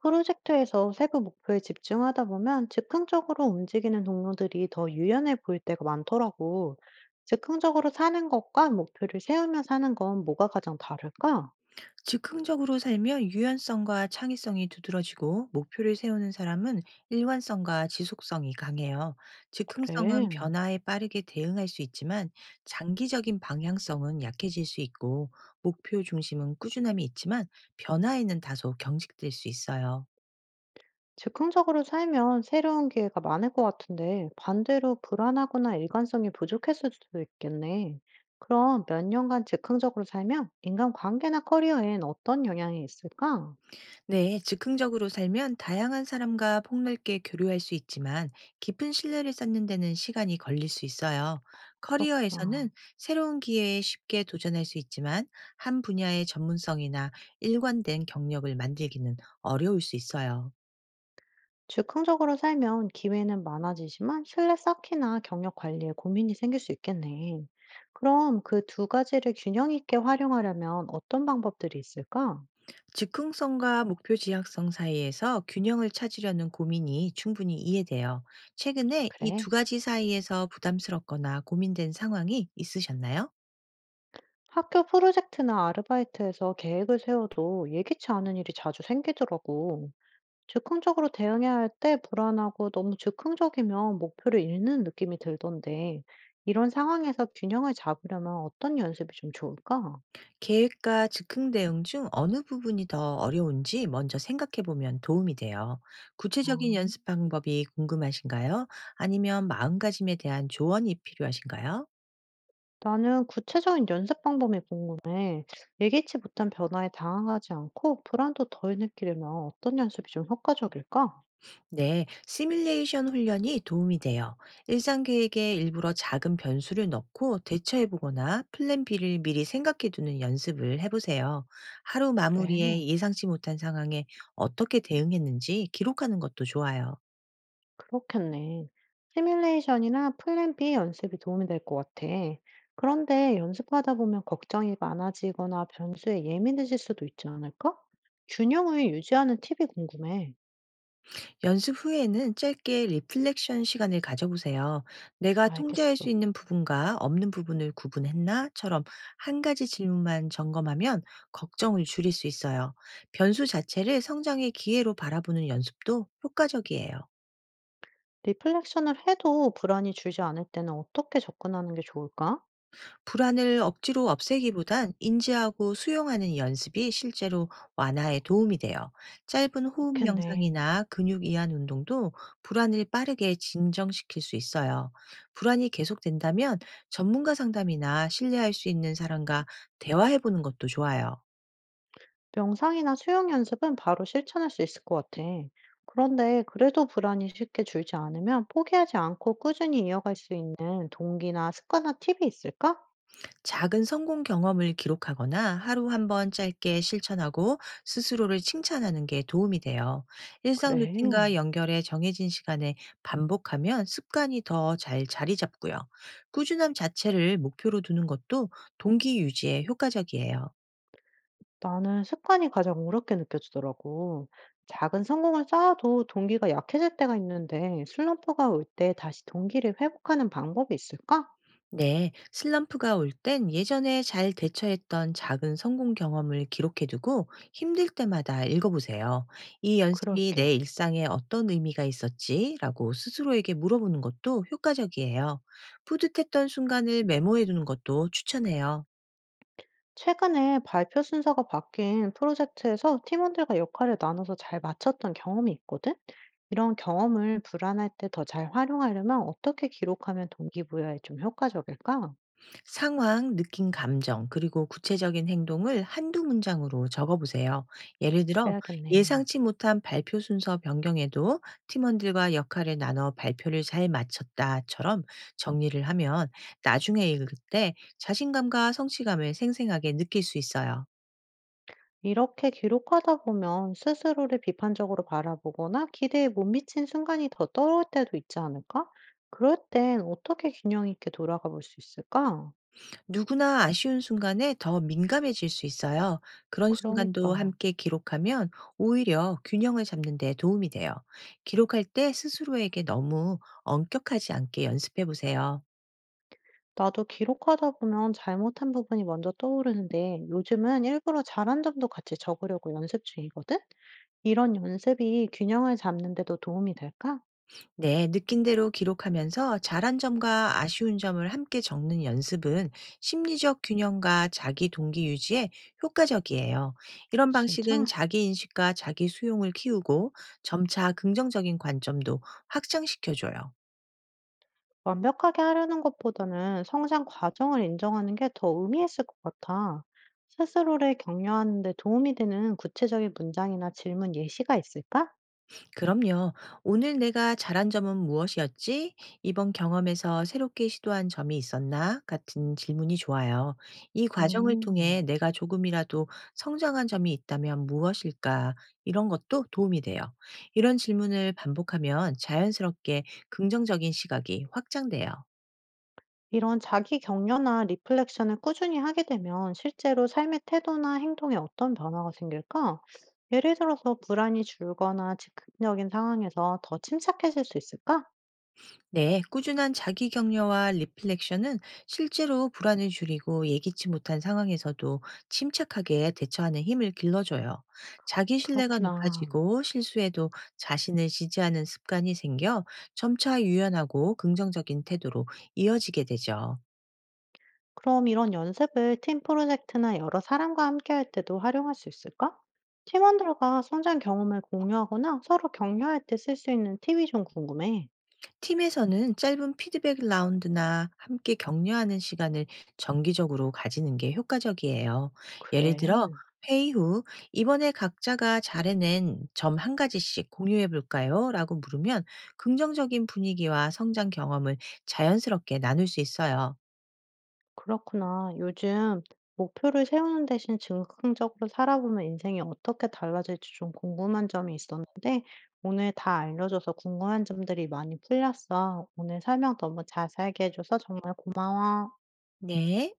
프로젝트에서 세부 목표에 집중하다 보면 즉흥적으로 움직이는 동료들이 더 유연해 보일 때가 많더라고. 즉흥적으로 사는 것과 목표를 세우며 사는 건 뭐가 가장 다를까? 즉흥적으로 살면 유연성과 창의성이 두드러지고 목표를 세우는 사람은 일관성과 지속성이 강해요. 즉흥성은 그래. 변화에 빠르게 대응할 수 있지만 장기적인 방향성은 약해질 수 있고 목표 중심은 꾸준함이 있지만 변화에는 다소 경직될 수 있어요. 즉흥적으로 살면 새로운 기회가 많을 것 같은데 반대로 불안하거나 일관성이 부족했을 수도 있겠네. 그럼 몇 년간 즉흥적으로 살면 인간관계나 커리어엔 어떤 영향이 있을까? 네, 즉흥적으로 살면 다양한 사람과 폭넓게 교류할 수 있지만 깊은 신뢰를 쌓는 데는 시간이 걸릴 수 있어요. 그렇구나. 커리어에서는 새로운 기회에 쉽게 도전할 수 있지만 한 분야의 전문성이나 일관된 경력을 만들기는 어려울 수 있어요. 즉흥적으로 살면 기회는 많아지지만 신뢰 쌓기나 경력 관리에 고민이 생길 수 있겠네. 그럼 그 두 가지를 균형 있게 활용하려면 어떤 방법들이 있을까? 즉흥성과 목표 지향성 사이에서 균형을 찾으려는 고민이 충분히 이해돼요. 최근에 이 그래. 두 가지 사이에서 부담스럽거나 고민된 상황이 있으셨나요? 학교 프로젝트나 아르바이트에서 계획을 세워도 예기치 않은 일이 자주 생기더라고. 즉흥적으로 대응해야 할 때 불안하고 너무 즉흥적이면 목표를 잃는 느낌이 들던데, 이런 상황에서 균형을 잡으려면 어떤 연습이 좀 좋을까? 계획과 즉흥 대응 중 어느 부분이 더 어려운지 먼저 생각해 보면 도움이 돼요. 아. 구체적인 연습 방법이 궁금하신가요? 아니면 마음가짐에 대한 조언이 필요하신가요? 나는 구체적인 연습 방법이 궁금해. 예기치 못한 변화에 당황하지 않고 불안도 덜 느끼려면 어떤 연습이 좀 효과적일까? 네, 시뮬레이션 훈련이 도움이 돼요. 일상 계획에 일부러 작은 변수를 넣고 대처해 보거나 플랜 B를 미리 생각해 두는 연습을 해보세요. 하루 그래, 마무리에 예상치 못한 상황에 어떻게 대응했는지 기록하는 것도 좋아요. 그렇겠네. 시뮬레이션이나 플랜 B 연습이 도움이 될 것 같아. 그런데 연습하다 보면 걱정이 많아지거나 변수에 예민해질 수도 있지 않을까? 균형을 유지하는 팁이 궁금해. 연습 후에는 짧게 리플렉션 시간을 가져보세요. 내가 통제할 수 알겠어. 있는 부분과 없는 부분을 구분했나?처럼 한 가지 질문만 점검하면 걱정을 줄일 수 있어요. 변수 자체를 성장의 기회로 바라보는 연습도 효과적이에요. 리플렉션을 해도 불안이 줄지 않을 때는 어떻게 접근하는 게 좋을까? 불안을 억지로 없애기보단 인지하고 수용하는 연습이 실제로 완화에 도움이 돼요. 짧은 호흡 그렇겠네. 명상이나 근육 이완 운동도 불안을 빠르게 진정시킬 수 있어요. 불안이 계속된다면 전문가 상담이나 신뢰할 수 있는 사람과 대화해보는 것도 좋아요. 명상이나 수영 연습은 바로 실천할 수 있을 것 같아. 그런데 그래도 불안이 쉽게 줄지 않으면 포기하지 않고 꾸준히 이어갈 수 있는 동기나 습관이나 팁이 있을까? 작은 성공 경험을 기록하거나 하루 한번 짧게 실천하고 스스로를 칭찬하는 게 도움이 돼요. 일상 그래. 루틴과 연결해 정해진 시간에 반복하면 습관이 더 잘 자리 잡고요. 꾸준함 자체를 목표로 두는 것도 동기 유지에 효과적이에요. 나는 습관이 가장 어렵게 느껴지더라고. 작은 성공을 쌓아도 동기가 약해질 때가 있는데 슬럼프가 올 때 다시 동기를 회복하는 방법이 있을까? 네, 슬럼프가 올 땐 예전에 잘 대처했던 작은 성공 경험을 기록해 두고 힘들 때마다 읽어보세요. 이 연습이 그럴게. 내 일상에 어떤 의미가 있었지라고 스스로에게 물어보는 것도 효과적이에요. 뿌듯했던 순간을 메모해 두는 것도 추천해요. 최근에 발표 순서가 바뀐 프로젝트에서 팀원들과 역할을 나눠서 잘 맞췄던 경험이 있거든? 이런 경험을 불안할 때 더 잘 활용하려면 어떻게 기록하면 동기부여에 좀 효과적일까? 상황, 느낀 감정, 그리고 구체적인 행동을 한두 문장으로 적어보세요. 예를 들어, 그래야겠네. 예상치 못한 발표 순서 변경에도 팀원들과 역할을 나눠 발표를 잘 마쳤다처럼 정리를 하면 나중에 읽을 때 자신감과 성취감을 생생하게 느낄 수 있어요. 이렇게 기록하다 보면 스스로를 비판적으로 바라보거나 기대에 못 미친 순간이 더 떨어올 때도 있지 않을까? 그럴 땐 어떻게 균형 있게 돌아가 볼 수 있을까? 누구나 아쉬운 순간에 더 민감해질 수 있어요. 그런 순간도 그러니까. 함께 기록하면 오히려 균형을 잡는 데 도움이 돼요. 기록할 때 스스로에게 너무 엄격하지 않게 연습해 보세요. 나도 기록하다 보면 잘못한 부분이 먼저 떠오르는데 요즘은 일부러 잘한 점도 같이 적으려고 연습 중이거든? 이런 연습이 균형을 잡는 데도 도움이 될까? 네, 느낀 대로 기록하면서 잘한 점과 아쉬운 점을 함께 적는 연습은 심리적 균형과 자기 동기 유지에 효과적이에요. 이런 방식은 진짜? 자기 인식과 자기 수용을 키우고 점차 긍정적인 관점도 확장시켜줘요. 완벽하게 하려는 것보다는 성장 과정을 인정하는 게 더 의미 있을 것 같아. 스스로를 격려하는 데 도움이 되는 구체적인 문장이나 질문 예시가 있을까? 그럼요. 오늘 내가 잘한 점은 무엇이었지? 이번 경험에서 새롭게 시도한 점이 있었나? 같은 질문이 좋아요. 이 과정을 음. 통해 내가 조금이라도 성장한 점이 있다면 무엇일까? 이런 것도 도움이 돼요. 이런 질문을 반복하면 자연스럽게 긍정적인 시각이 확장돼요. 이런 자기 격려나 리플렉션을 꾸준히 하게 되면 실제로 삶의 태도나 행동에 어떤 변화가 생길까? 예를 들어서 불안이 줄거나 즉흥적인 상황에서 더 침착해질 수 있을까? 네, 꾸준한 자기 격려와 리플렉션은 실제로 불안을 줄이고 예기치 못한 상황에서도 침착하게 대처하는 힘을 길러줘요. 자기 신뢰가 그렇구나. 높아지고 실수에도 자신을 지지하는 습관이 생겨 점차 유연하고 긍정적인 태도로 이어지게 되죠. 그럼 이런 연습을 팀 프로젝트나 여러 사람과 함께 할 때도 활용할 수 있을까? 팀원들과 성장 경험을 공유하거나 서로 격려할 때 쓸 수 있는 팁이 좀 궁금해. 팀에서는 짧은 피드백 라운드나 함께 격려하는 시간을 정기적으로 가지는 게 효과적이에요. 예를 그래. 들어, 회의 후, 이번에 각자가 잘해낸 점 한 가지씩 공유해 볼까요? 라고 물으면 긍정적인 분위기와 성장 경험을 자연스럽게 나눌 수 있어요. 그렇구나. 요즘 목표를 세우는 대신 즉흥적으로 살아보면 인생이 어떻게 달라질지 좀 궁금한 점이 있었는데, 오늘 다 알려줘서 궁금한 점들이 많이 풀렸어. 오늘 설명 너무 자세하게 해줘서 정말 고마워. 네. 네.